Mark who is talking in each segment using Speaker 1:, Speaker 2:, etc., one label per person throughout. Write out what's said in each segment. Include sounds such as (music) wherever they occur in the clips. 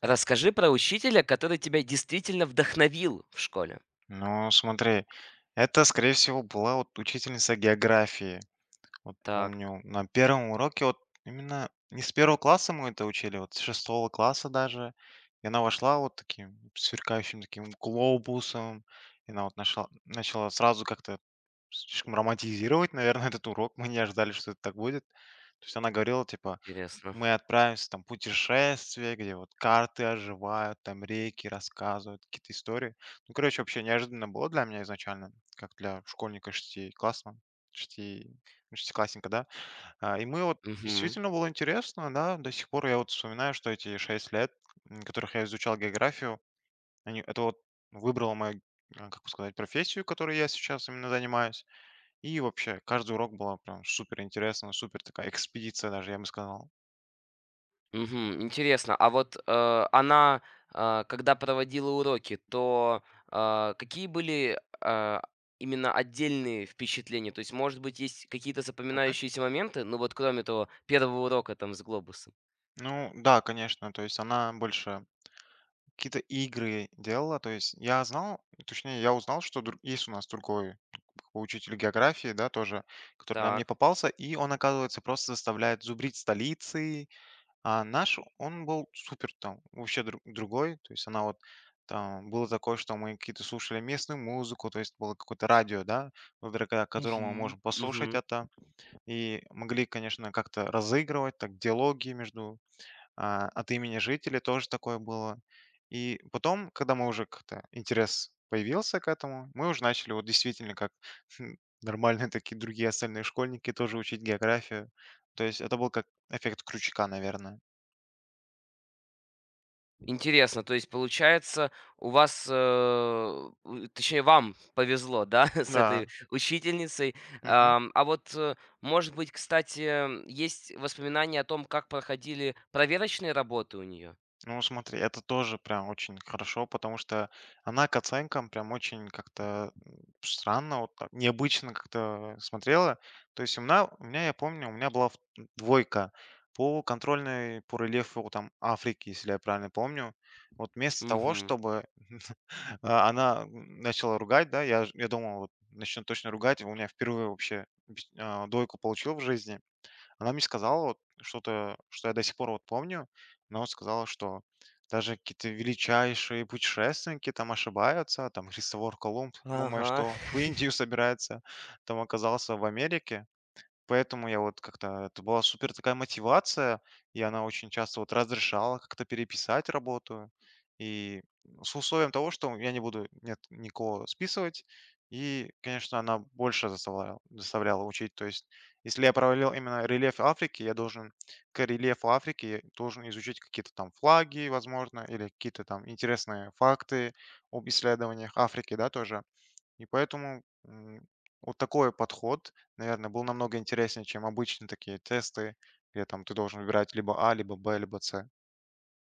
Speaker 1: Расскажи про учителя, который тебя действительно вдохновил в школе.
Speaker 2: Ну, смотри, это, скорее всего, была вот учительница географии. Вот
Speaker 1: Так,
Speaker 2: помню, на первом уроке, вот именно не с первого класса мы это учили, вот с шестого класса даже. И она вошла вот таким сверкающим таким глобусом. И она вот нашла, начала сразу как-то слишком романтизировать, наверное, (laughs) этот урок. Мы не ожидали, что это так будет. То есть она говорила, типа,
Speaker 1: интересно.
Speaker 2: мы отправимся там в путешествие, где вот карты оживают, там реки рассказывают, какие-то истории. Ну, короче, вообще неожиданно было для меня изначально, как для школьника шестиклассного, шести, ну, шестиклассника, да. И мы вот
Speaker 1: Мгм.
Speaker 2: действительно было интересно, да, до сих пор я вот вспоминаю, что эти 6 лет, которых я изучал географию, они, это вот выбрало мою, как бы сказать, профессию, которой я сейчас именно занимаюсь. И вообще, каждый урок было прям супер интересно, супер такая экспедиция даже, я бы сказал.
Speaker 1: Мгм. Интересно. А вот, она, когда проводила уроки, то, какие были, именно отдельные впечатления? То есть, может быть, есть какие-то запоминающиеся моменты? Ну вот кроме того первого урока там с глобусом.
Speaker 2: Ну да, конечно, то есть она больше какие-то игры делала. То есть я знал, точнее, я узнал, что есть у нас другой как бы учитель географии, да, тоже, который нам не
Speaker 1: Так.
Speaker 2: попался, и он, оказывается, просто заставляет зубрить столицы. А наш, он был супер там, вообще другой. То есть она вот там было такое, что мы какие-то слушали местную музыку, то есть было какое-то радио, да, благодаря которому мы
Speaker 1: Угу,
Speaker 2: можем послушать
Speaker 1: мгм.
Speaker 2: это, и могли, конечно, как-то разыгрывать так диалоги между от имени жителей тоже такое было. И потом, когда мы уже как-то интерес появился к этому, мы уже начали вот действительно как (laughs) нормальные такие другие остальные школьники тоже учить географию. То есть это был как эффект крючка, наверное.
Speaker 1: Интересно, то есть получается, у вас, э, у точнее, вам повезло, да, (laughs) с
Speaker 2: Да.
Speaker 1: этой учительницей.
Speaker 2: Мгм.
Speaker 1: А вот, может быть, кстати, есть воспоминания о том, как проходили проверочные работы у нее?
Speaker 2: Ну, смотри, это тоже прям очень хорошо, потому что она к оценкам прям очень как-то странно, вот так, необычно как-то смотрела. То есть у меня, я помню, у меня была двойка по контрольной по рельефу вот там Африки, если я правильно помню. Вот вместо того,
Speaker 1: Мгм.
Speaker 2: чтобы (laughs) она начала ругать, да, я, я думал, вот, начнет точно ругать, у меня впервые вообще двойку получил в жизни. Она мне сказала вот что-то, что я до сих пор вот помню. Она вот сказала, что даже какие-то величайшие путешественники там ошибаются. Там Христофор Колумб, думая,
Speaker 1: Ага.
Speaker 2: что в
Speaker 1: (laughs)
Speaker 2: Индию собирается, там оказался в Америке. Поэтому я вот как-то это была супер такая мотивация, и она очень часто вот разрешала как-то переписать работу. И ну, с условием того, что я не буду нет, никого списывать. И, конечно, она больше заставляла учить. То есть, если я провалил именно рельеф Африки, я должен к рельефу Африки я должен изучить какие-то там флаги, возможно, или какие-то там интересные факты об исследованиях Африки, да, тоже. И поэтому, вот такой подход, наверное, был намного интереснее, чем обычные такие тесты, где там ты должен выбирать либо А, либо Б, либо С.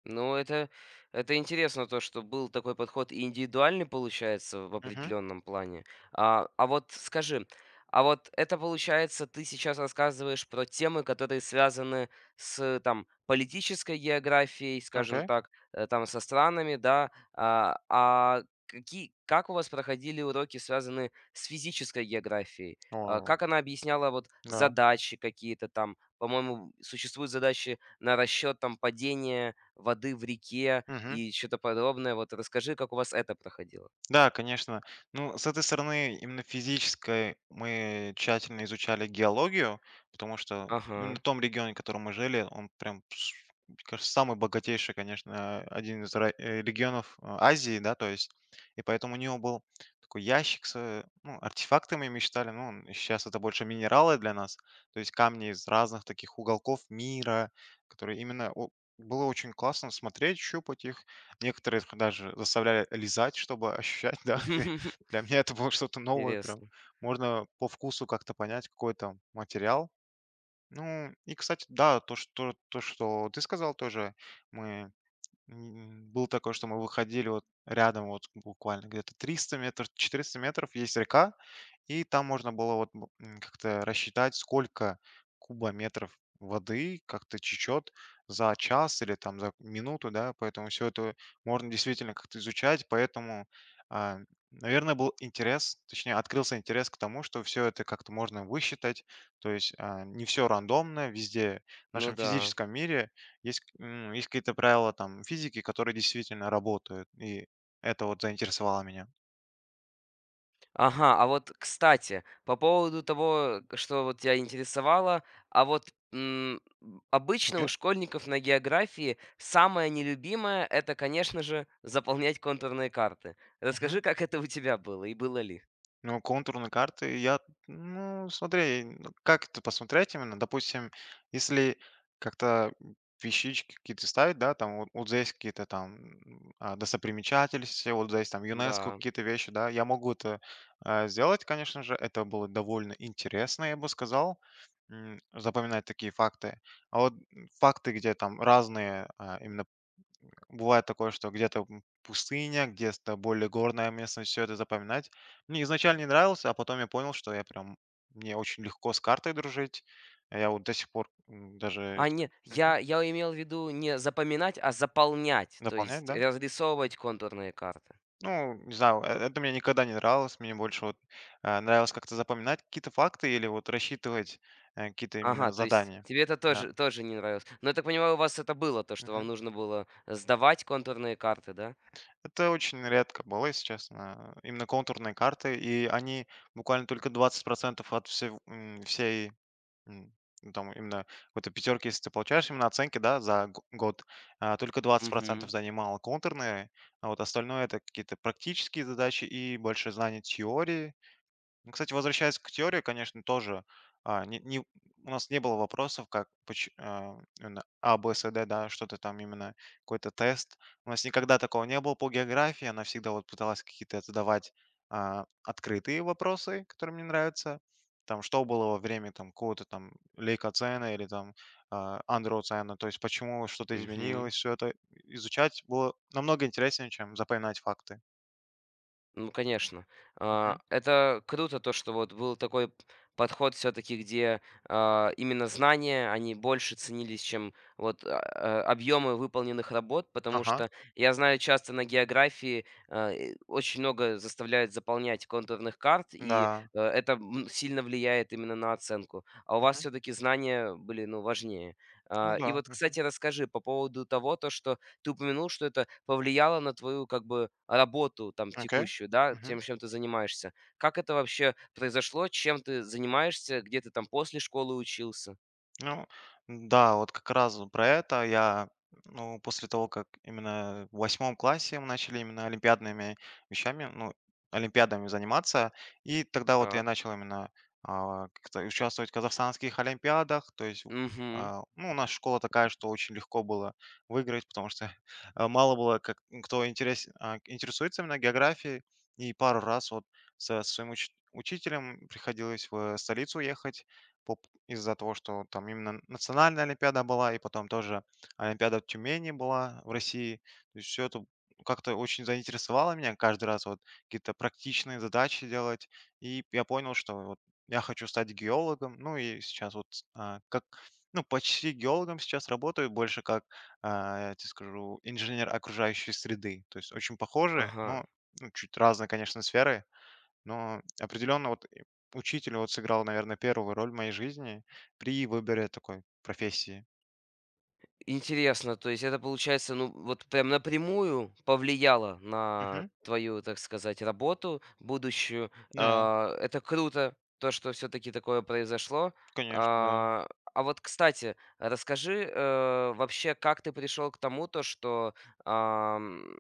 Speaker 1: Ну, это интересно, то, что был такой подход и индивидуальный, получается, в
Speaker 2: Угу.
Speaker 1: определенном плане. А вот скажи, а вот это получается, ты сейчас рассказываешь про темы, которые связаны с там, политической географией, скажем
Speaker 2: Окей.
Speaker 1: так, там со странами, да. А какие, как у вас проходили уроки, связанные с физической географией? А,
Speaker 2: О,
Speaker 1: как она объясняла вот
Speaker 2: да.
Speaker 1: задачи какие-то там? По-моему, существуют задачи на расчет там падения воды в реке
Speaker 2: Мгм.
Speaker 1: и что то подобное. Вот расскажи, как у вас это проходило.
Speaker 2: Да, конечно. Ну, с этой стороны, именно физической, мы тщательно изучали геологию, потому что
Speaker 1: Ага.
Speaker 2: именно в том регионе, в котором мы жили, он прям, мне кажется, самый богатейший, конечно, один из регионов Азии, да, то есть, и поэтому у него был такой ящик с ну, артефактами, мы считали, ну, сейчас это больше минералы для нас, то есть камни из разных таких уголков мира, которые именно было очень классно смотреть, щупать их. Некоторых даже заставляли лизать, чтобы ощущать, да. (laughs)
Speaker 1: (laughs)
Speaker 2: Для меня это было что-то новое прям.
Speaker 1: Интересно.
Speaker 2: Можно по вкусу как-то понять, какой там материал. Ну, и, кстати, да, то, что ты сказал тоже, мы был такое, что мы выходили вот рядом, вот буквально где-то 300 метров, 400 метров есть река, и там можно было вот как-то рассчитать, сколько кубометров воды как-то течет за час или там за минуту, да, поэтому все это можно действительно как-то изучать, поэтому, а, наверное, был интерес, точнее, открылся интерес к тому, что все это как-то можно высчитать, то есть не все рандомно, везде в
Speaker 1: Ну
Speaker 2: нашем
Speaker 1: да.
Speaker 2: физическом мире есть, есть какие-то правила там физики, которые действительно работают, и это вот заинтересовало меня.
Speaker 1: Ага, а вот, кстати, по поводу того, к что вот тебя интересовало. А вот, обычно у
Speaker 2: Окей?
Speaker 1: школьников на географии самое нелюбимое — это, конечно же, заполнять контурные карты. Расскажи, как это у тебя было и было ли?
Speaker 2: Ну, контурные карты, я, ну, смотри, как это посмотреть именно? Допустим, если как-то вещички какие-то ставить, да, там вот, вот здесь какие-то там достопримечательности, вот здесь там ЮНЕСКО
Speaker 1: Да.
Speaker 2: какие-то вещи, да, я могу это сделать, конечно же, это было довольно интересно, я бы сказал, запоминать такие факты. А вот факты, где там разные именно бывает такое, что где-то пустыня, где-то более горная местность, все это запоминать. Мне изначально не нравилось, а потом я понял, что я прям мне очень легко с картой дружить. А я вот до сих пор даже
Speaker 1: А, не,
Speaker 2: Мгм.
Speaker 1: я имел в виду не запоминать, а заполнять, то
Speaker 2: Дополнять,
Speaker 1: есть
Speaker 2: да.
Speaker 1: разрисовывать контурные карты.
Speaker 2: Ну, не знаю, это мне никогда не нравилось. Мне больше вот нравилось как-то запоминать какие-то факты или вот рассчитывать какие-то именно
Speaker 1: Ага, то есть
Speaker 2: задания.
Speaker 1: тебе это
Speaker 2: Да.
Speaker 1: тоже не нравилось. Но я так понимаю, у вас это было, то, что
Speaker 2: Мгм.
Speaker 1: вам нужно было сдавать контурные карты, да?
Speaker 2: Это очень редко было, если честно. Именно контурные карты, и они буквально только 20% от всей, всей М, ну, там именно в этой пятерке, если ты получаешь именно оценки, да, за год, только 20%
Speaker 1: Угу.
Speaker 2: занимало контурные, а вот остальное это какие-то практические задачи и больше знаний теории. Ну, кстати, возвращаясь к теории, конечно, тоже, а, не не у нас не было вопросов, как именно А, Б, С, Д, да, что-то там именно, какой-то тест. У нас никогда такого не было по географии. Она всегда вот пыталась какие-то задавать, открытые вопросы, которые мне нравятся. Там, что было во время там какого-то там лейкоцена или там, андроцена, то есть почему что-то
Speaker 1: Угу.
Speaker 2: изменилось, все это изучать было намного интереснее, чем запоминать факты.
Speaker 1: Ну, конечно. А,
Speaker 2: Мгм.
Speaker 1: это круто, то, что вот был такой подход все-таки, где именно знания, они больше ценились, чем вот объемы выполненных работ, потому
Speaker 2: Ага.
Speaker 1: что я знаю, часто на географии и очень много заставляют заполнять контурных карт, и
Speaker 2: Да.
Speaker 1: это сильно влияет именно на оценку. А у вас
Speaker 2: Мгм.
Speaker 1: все-таки знания были, ну, важнее.
Speaker 2: Ну
Speaker 1: А, и
Speaker 2: да.
Speaker 1: вот, кстати, расскажи по поводу того, то, что ты упомянул, что это повлияло на твою как бы работу там
Speaker 2: Окей.
Speaker 1: текущую, да,
Speaker 2: Мгм.
Speaker 1: тем, чем ты занимаешься. Как это вообще произошло? Чем ты занимаешься? Где ты там после школы учился?
Speaker 2: Ну да, вот как раз вот про это я, ну, после того, как именно в 8 классе мы начали именно олимпиадными вещами, ну, олимпиадами заниматься, и тогда вот я
Speaker 1: Так.
Speaker 2: начал именно как-то участвовать в казахстанских олимпиадах, то есть
Speaker 1: Мгм.
Speaker 2: ну, наша школа такая, что очень легко было выиграть, потому что (laughs) мало было как, кто интерес, интересуется именно географией, и пару раз вот со своим учителем приходилось в столицу ехать по из-за того, что там именно национальная олимпиада была, и потом тоже олимпиада в Тюмени была в России. То есть всё это как-то очень заинтересовало меня каждый раз вот какие-то практичные задачи делать. И я понял, что вот я хочу стать геологом. Ну и сейчас вот, как, ну, почти геологом сейчас работаю, больше как, я тебе скажу, инженер окружающей среды. То есть очень похожие,
Speaker 1: Ага.
Speaker 2: но, ну, чуть разные, конечно, сферы. Но определенно вот и учитель вот сыграл, наверное, первую роль в моей жизни при выборе такой профессии.
Speaker 1: Интересно, то есть это получается, ну, вот прям напрямую повлияло на
Speaker 2: Мгм.
Speaker 1: твою, так сказать, работу будущую.
Speaker 2: Да,
Speaker 1: А, это круто, то, что все-таки такое произошло.
Speaker 2: конечно, да.
Speaker 1: А а вот, кстати, расскажи вообще, как ты пришел к тому, то, что ам,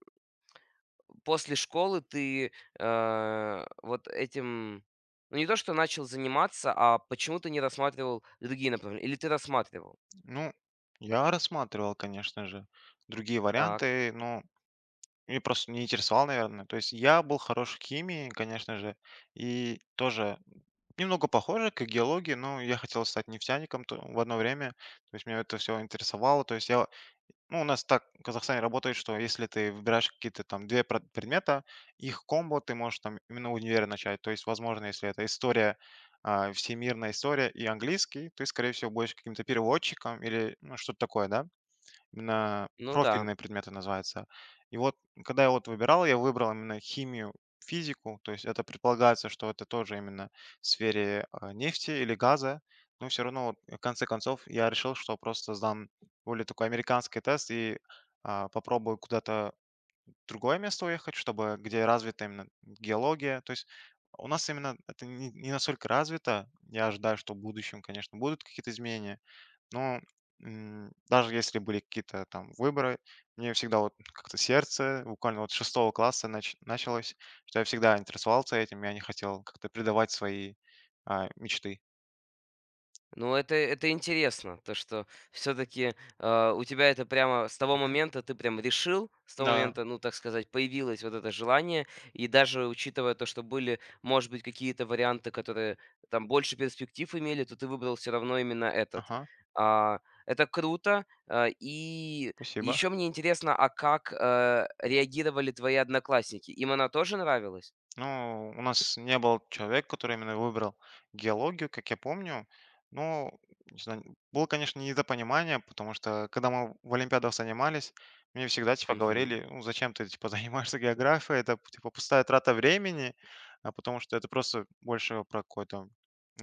Speaker 1: после школы ты вот этим, ну не то, что начал заниматься, а почему ты не рассматривал другие направления, или ты рассматривал?
Speaker 2: Ну, я рассматривал, конечно же, другие
Speaker 1: Так,
Speaker 2: варианты, но мне просто не интересовал, наверное. То есть я был хорош в химии, конечно же, и тоже немного похоже к геологии, но я хотел стать нефтяником в одно время. То есть меня это все интересовало. То есть я ну, у нас так в Казахстане работает, что если ты выбираешь какие-то там 2 прод предмета, их комбо ты можешь там именно универ начать. То есть, возможно, если это история, всемирная история и английский, ты, скорее всего, будешь каким-то переводчиком или, ну, что-то такое, да. Именно
Speaker 1: ну да.
Speaker 2: профильные предметы называются. И вот, когда я вот выбирал, я выбрал именно химию, физику. То есть это предполагается, что это тоже именно в сфере нефти или газа. Но все равно, вот, в конце концов, я решил, что просто сдам более такой американский тест и попробую куда-то в другое место уехать, чтобы где развита именно геология. То есть у нас именно это не настолько развито. Я ожидаю, что в будущем, конечно, будут какие-то изменения. Но, даже если были какие-то там выборы, мне всегда вот как-то сердце буквально вот с 6 класса началось, что я всегда интересовался этим, я не хотел как-то предавать свои мечты.
Speaker 1: Ну, это интересно, то, что все таки у тебя это прямо с того
Speaker 2: Мгм.
Speaker 1: момента ты прям решил, с того
Speaker 2: Да,
Speaker 1: момента, ну, так сказать, появилось вот это желание. И даже учитывая то, что были, может быть, какие-то варианты, которые там больше перспектив имели, то ты выбрал все равно именно этот.
Speaker 2: ага,
Speaker 1: А, это круто. А, и
Speaker 2: спасибо.
Speaker 1: еще мне интересно, а как, реагировали твои одноклассники? Им она тоже нравилась?
Speaker 2: Ну, у нас не был человек, который именно выбрал геологию, как я помню. Но, не знаю, было, конечно, недопонимание, потому что, когда мы в олимпиадах занимались, мне всегда, типа,
Speaker 1: Мгм.
Speaker 2: говорили, ну, зачем ты, типа, (laughs) занимаешься географией, это, типа, пустая трата времени, а потому что это просто больше про какую-то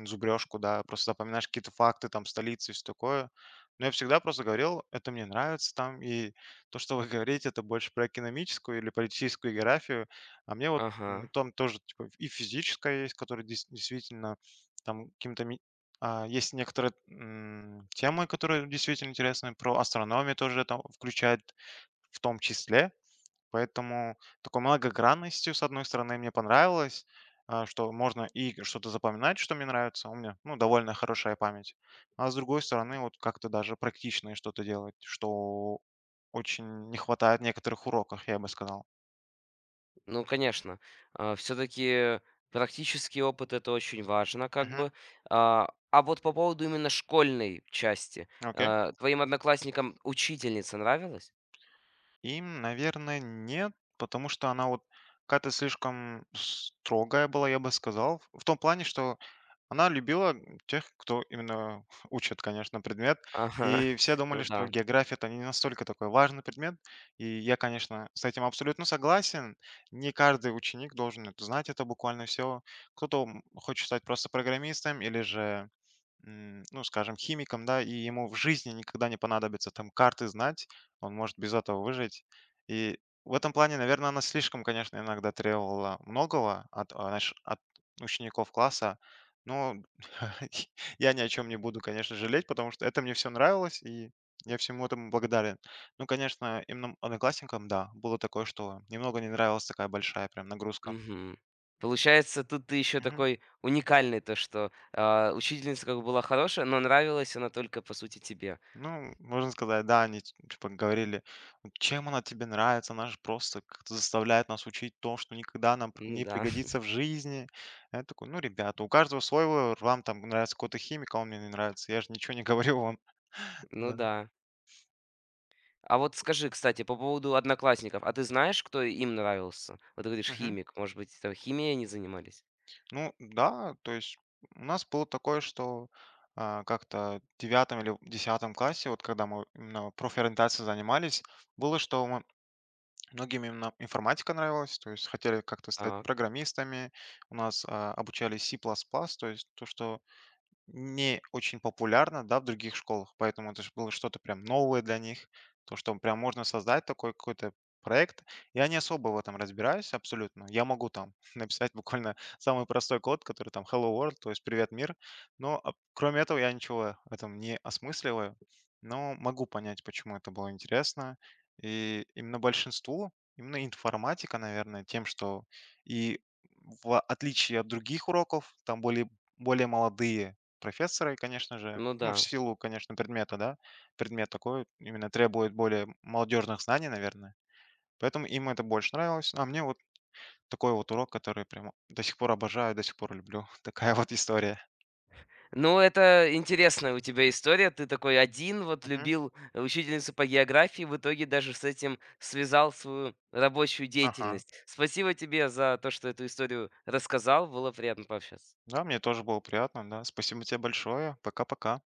Speaker 2: зубрежку, да, просто запоминаешь какие-то факты, там, столицы и все такое. Но я всегда просто говорил, это мне нравится там, и то, что вы (laughs) говорите, это больше про экономическую или политическую географию, а мне вот
Speaker 1: Ага.
Speaker 2: там тоже, типа, и физическая есть, которая дес действительно там каким-то есть некоторые, темы, которые действительно интересны, про астрономию тоже там включает в том числе. Поэтому такой многогранностью, с одной стороны, мне понравилось, что можно и что-то запоминать, что мне нравится. У меня, ну, довольно хорошая память. А с другой стороны, вот как-то даже практичное что-то делать, что очень не хватает в некоторых уроках, я бы сказал.
Speaker 1: Ну, конечно, все таки практический опыт — это очень важно, как
Speaker 2: Мгм.
Speaker 1: бы. А вот по поводу именно школьной части,
Speaker 2: Окей.
Speaker 1: твоим одноклассникам учительница нравилась?
Speaker 2: Им, наверное, нет, потому что она вот какая-то слишком строгая была, я бы сказал. В том плане, что она любила тех, кто именно (laughs) учит, конечно, предмет.
Speaker 1: Ага,
Speaker 2: И
Speaker 1: (laughs)
Speaker 2: все
Speaker 1: ну
Speaker 2: думали, что
Speaker 1: да,
Speaker 2: география это не настолько такой важный предмет. И я, конечно, с этим абсолютно согласен. Не каждый ученик должен это знать, это буквально все. Кто-то хочет стать просто программистом или же ну, скажем, химиком, да, и ему в жизни никогда не понадобится там карты знать, он может без этого выжить. И в этом плане, наверное, она слишком, конечно, иногда требовала многого от, знаешь, от учеников класса, но (laughs) я ни о чем не буду, конечно, жалеть, потому что это мне все нравилось, и я всему этому благодарен. Ну, конечно, именно одноклассникам, да, было такое, что немного не нравилась такая большая прям нагрузка.
Speaker 1: мгм. Получается, тут ты еще такой уникальный, то что, учительница как бы была хорошая, но нравилась она только, по сути, тебе.
Speaker 2: Ну, можно сказать, да, они т типа говорили: «Вот "Чем она тебе нравится? Она же просто как-то заставляет нас учить то, что никогда нам п
Speaker 1: Ну
Speaker 2: не
Speaker 1: да,
Speaker 2: пригодится
Speaker 1: (laughs)
Speaker 2: в жизни". А я такой: "Ну, ребята, у каждого свой выбор. Вам там нравится какой-то химик, а он мне не нравится. Я же ничего не говорю вам".
Speaker 1: ну
Speaker 2: Да.
Speaker 1: да. А вот скажи, кстати, по поводу одноклассников, а ты знаешь, кто им нравился? Вот ты говоришь,
Speaker 2: Мгм.
Speaker 1: химик, может быть, там химией они занимались?
Speaker 2: Ну да, то есть у нас было такое, что, как-то в 9 или 10 классе, вот когда мы именно профориентацией занимались, было, что мы многим именно информатика нравилась, то есть хотели как-то стать
Speaker 1: Так,
Speaker 2: программистами. У нас обучали C++, то есть то, что не очень популярно, да, в других школах, поэтому это ж было что-то прям новое для них, то, что прям можно создать такой какой-то проект. Я не особо в этом разбираюсь абсолютно. Я могу там (laughs) написать буквально самый простой код, который там hello world, то есть привет мир. Но кроме этого я ничего в этом не осмысливаю, но могу понять, почему это было интересно. И именно большинству, именно информатика, наверное, тем, что и в отличие от других уроков, там более молодые профессора, и, конечно же,
Speaker 1: ну
Speaker 2: ну, в
Speaker 1: да.
Speaker 2: силу, конечно, предмета, да, предмет такой именно требует более молодежных знаний, наверное. Поэтому им это больше нравилось. А мне вот такой вот урок, который прям до сих пор обожаю, до сих пор люблю. (laughs) Такая вот история.
Speaker 1: Ну, это интересная у тебя история. Ты такой один вот
Speaker 2: Мгм.
Speaker 1: любил учительницу по географии, в итоге даже с этим связал свою рабочую
Speaker 2: Ага.
Speaker 1: деятельность. Спасибо тебе за то, что эту историю рассказал. Было приятно пообщаться.
Speaker 2: Да, мне тоже было приятно, да. Спасибо тебе большое. Пока-пока.